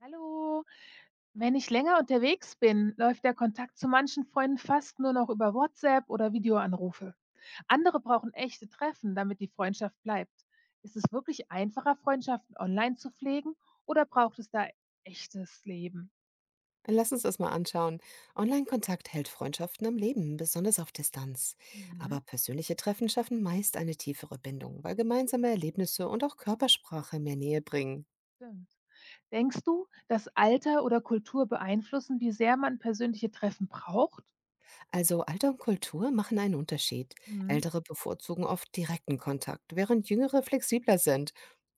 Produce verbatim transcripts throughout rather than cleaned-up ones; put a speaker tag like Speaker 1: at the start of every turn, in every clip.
Speaker 1: Hallo, wenn ich länger unterwegs bin, läuft der Kontakt zu manchen Freunden fast nur noch über WhatsApp oder Videoanrufe. Andere brauchen echte Treffen, damit die Freundschaft bleibt. Ist es wirklich einfacher, Freundschaften online zu pflegen oder braucht es da echtes Leben?
Speaker 2: Lass uns das mal anschauen. Online-Kontakt hält Freundschaften am Leben, besonders auf Distanz. Aber
Speaker 1: Mhm,
Speaker 2: persönliche Treffen schaffen meist eine tiefere Bindung, weil gemeinsame Erlebnisse und auch Körpersprache mehr Nähe bringen.
Speaker 1: stimmt. Denkst du, dass Alter oder Kultur beeinflussen, wie sehr man persönliche Treffen braucht?
Speaker 2: Also Alter und Kultur machen einen Unterschied.
Speaker 1: Mhm.
Speaker 2: Ältere bevorzugen oft direkten Kontakt, während jüngere flexibler sind.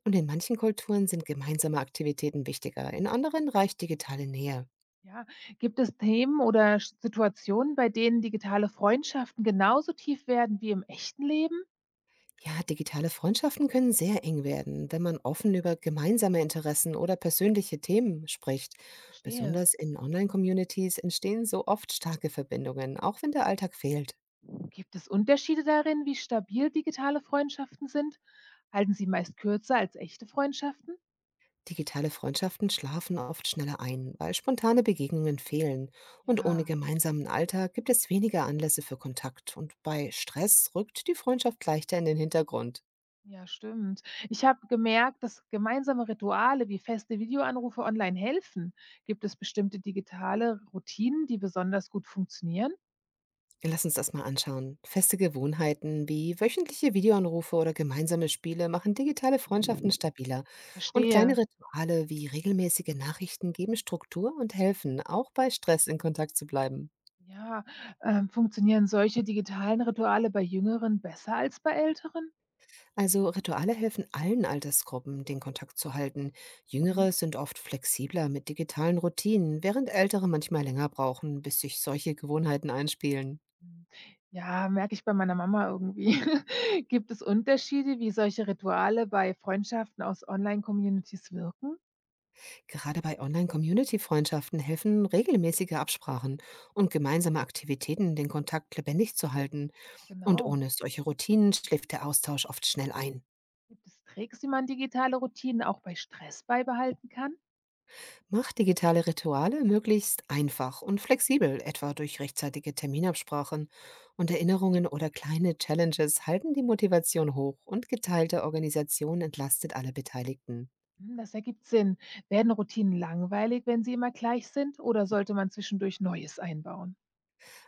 Speaker 2: Und in manchen Kulturen sind gemeinsame Aktivitäten wichtiger, in anderen reicht digitale Nähe.
Speaker 1: Ja, gibt es Themen oder Situationen, bei denen digitale Freundschaften genauso tief werden wie im echten Leben?
Speaker 2: Ja, digitale Freundschaften können sehr eng werden, wenn man offen über gemeinsame Interessen oder persönliche Themen spricht.
Speaker 1: Verstehe.
Speaker 2: Besonders in Online-Communities entstehen so oft starke Verbindungen, auch wenn der Alltag fehlt.
Speaker 1: Gibt es Unterschiede darin, wie stabil digitale Freundschaften sind? Halten sie meist kürzer als echte Freundschaften?
Speaker 2: Digitale Freundschaften schlafen oft schneller ein, weil spontane Begegnungen fehlen. Und ohne
Speaker 1: Ja,
Speaker 2: gemeinsamen Alltag gibt es weniger Anlässe für Kontakt. Und bei Stress rückt die Freundschaft leichter in den Hintergrund.
Speaker 1: ja, stimmt. Ich habe gemerkt, dass gemeinsame Rituale wie feste Videoanrufe online helfen. Gibt es bestimmte digitale Routinen, die besonders gut funktionieren?
Speaker 2: Lass uns das mal anschauen. Feste Gewohnheiten wie wöchentliche Videoanrufe oder gemeinsame Spiele machen digitale Freundschaften stabiler. Und kleine
Speaker 1: Verstehe.
Speaker 2: Rituale wie regelmäßige Nachrichten geben Struktur und helfen, auch bei Stress in Kontakt zu bleiben.
Speaker 1: Ja, ähm, funktionieren solche digitalen Rituale bei Jüngeren besser als bei Älteren?
Speaker 2: Also Rituale helfen allen Altersgruppen, den Kontakt zu halten.
Speaker 1: Mhm.
Speaker 2: Jüngere sind oft flexibler mit digitalen Routinen, während ältere manchmal länger brauchen, bis sich solche Gewohnheiten einspielen.
Speaker 1: Hm, ja, merke ich bei meiner Mama irgendwie. Gibt es Unterschiede, wie solche Rituale bei Freundschaften aus Online-Communities wirken?
Speaker 2: Gerade bei Online-Community-Freundschaften helfen regelmäßige Absprachen und gemeinsame Aktivitäten, den Kontakt lebendig zu halten.
Speaker 1: Ja,
Speaker 2: Und
Speaker 1: genau.
Speaker 2: ohne solche Routinen schläft der Austausch oft schnell ein.
Speaker 1: Gibt es Tricks, wie man digitale Routinen auch bei Stress beibehalten kann?
Speaker 2: Macht digitale Rituale möglichst einfach und flexibel, etwa durch rechtzeitige Terminabsprachen und
Speaker 1: Ja.
Speaker 2: Erinnerungen oder kleine Challenges halten die Motivation hoch und geteilte Organisation entlastet alle Beteiligten.
Speaker 1: Hm, das ergibt Sinn. Werden Routinen langweilig, wenn sie immer gleich sind, oder sollte man zwischendurch Neues einbauen?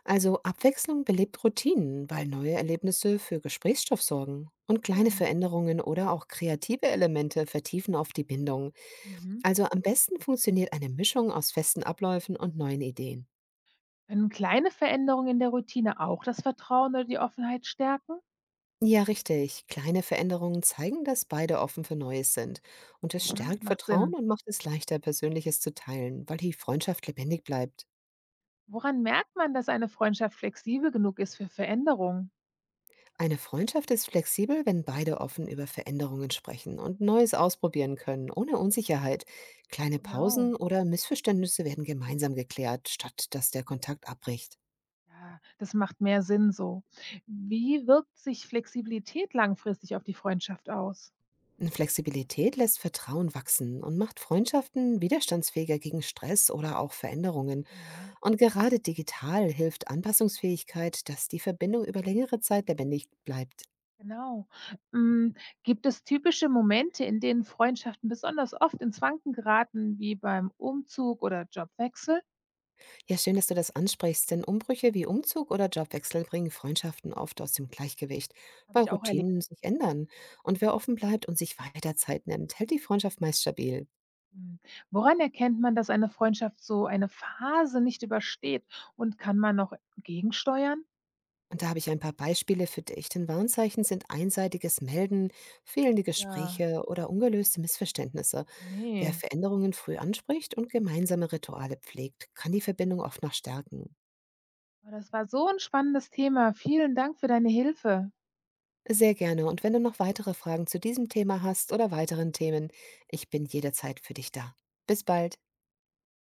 Speaker 2: Also Abwechslung belebt Routinen, weil neue Erlebnisse für Gesprächsstoff sorgen. Und kleine
Speaker 1: Stimmt.
Speaker 2: Veränderungen oder auch kreative Elemente vertiefen oft die Bindung.
Speaker 1: Mhm.
Speaker 2: Also am besten funktioniert eine Mischung aus festen Abläufen und neuen Ideen.
Speaker 1: Können kleine Veränderungen in der Routine auch das Vertrauen oder die Offenheit stärken?
Speaker 2: Ja, richtig. Kleine Veränderungen zeigen, dass beide offen für Neues sind. Und es
Speaker 1: Mhm,
Speaker 2: stärkt
Speaker 1: macht
Speaker 2: Vertrauen
Speaker 1: Sinn.
Speaker 2: und macht es leichter, Persönliches zu teilen, weil die Freundschaft lebendig bleibt.
Speaker 1: Woran merkt man, dass eine Freundschaft flexibel genug ist für Veränderungen?
Speaker 2: Eine Freundschaft ist flexibel, wenn beide offen über Veränderungen sprechen und Neues ausprobieren können, ohne Unsicherheit. Kleine
Speaker 1: Genau.
Speaker 2: Pausen oder Missverständnisse werden gemeinsam geklärt, statt dass der Kontakt abbricht.
Speaker 1: Ja, das macht mehr Sinn so. Wie wirkt sich Flexibilität langfristig auf die Freundschaft aus?
Speaker 2: Flexibilität lässt Vertrauen wachsen und macht Freundschaften widerstandsfähiger gegen Stress oder auch Veränderungen.
Speaker 1: Ja,
Speaker 2: Und gerade digital hilft Anpassungsfähigkeit, dass die Verbindung über längere Zeit lebendig bleibt.
Speaker 1: genau. Hm, gibt es typische Momente, in denen Freundschaften besonders oft ins Wanken geraten, wie beim Umzug oder Jobwechsel?
Speaker 2: Ja, schön, dass du das ansprichst, denn Umbrüche wie Umzug oder Jobwechsel bringen Freundschaften oft aus dem Gleichgewicht,
Speaker 1: Habe
Speaker 2: weil
Speaker 1: ich auch erlebt.
Speaker 2: Routinen sich ändern. Und wer offen bleibt und sich weiter Zeit nimmt, hält die Freundschaft meist stabil.
Speaker 1: Hm, woran erkennt man, dass eine Freundschaft so eine Phase nicht übersteht und kann man noch gegensteuern?
Speaker 2: Und da habe ich ein paar Beispiele für dich, denn Warnzeichen sind einseitiges Melden, fehlende
Speaker 1: Ja,
Speaker 2: Gespräche oder ungelöste Missverständnisse. Wer
Speaker 1: nee.
Speaker 2: Veränderungen früh anspricht und gemeinsame Rituale pflegt, kann die Verbindung oft noch stärken.
Speaker 1: Oh, das war so 'n spannendes Thema. Vielen Dank für deine Hilfe.
Speaker 2: Sehr gerne. Und wenn du noch weitere Fragen zu diesem Thema hast oder weiteren Themen, ich bin jederzeit für dich da. Bis bald.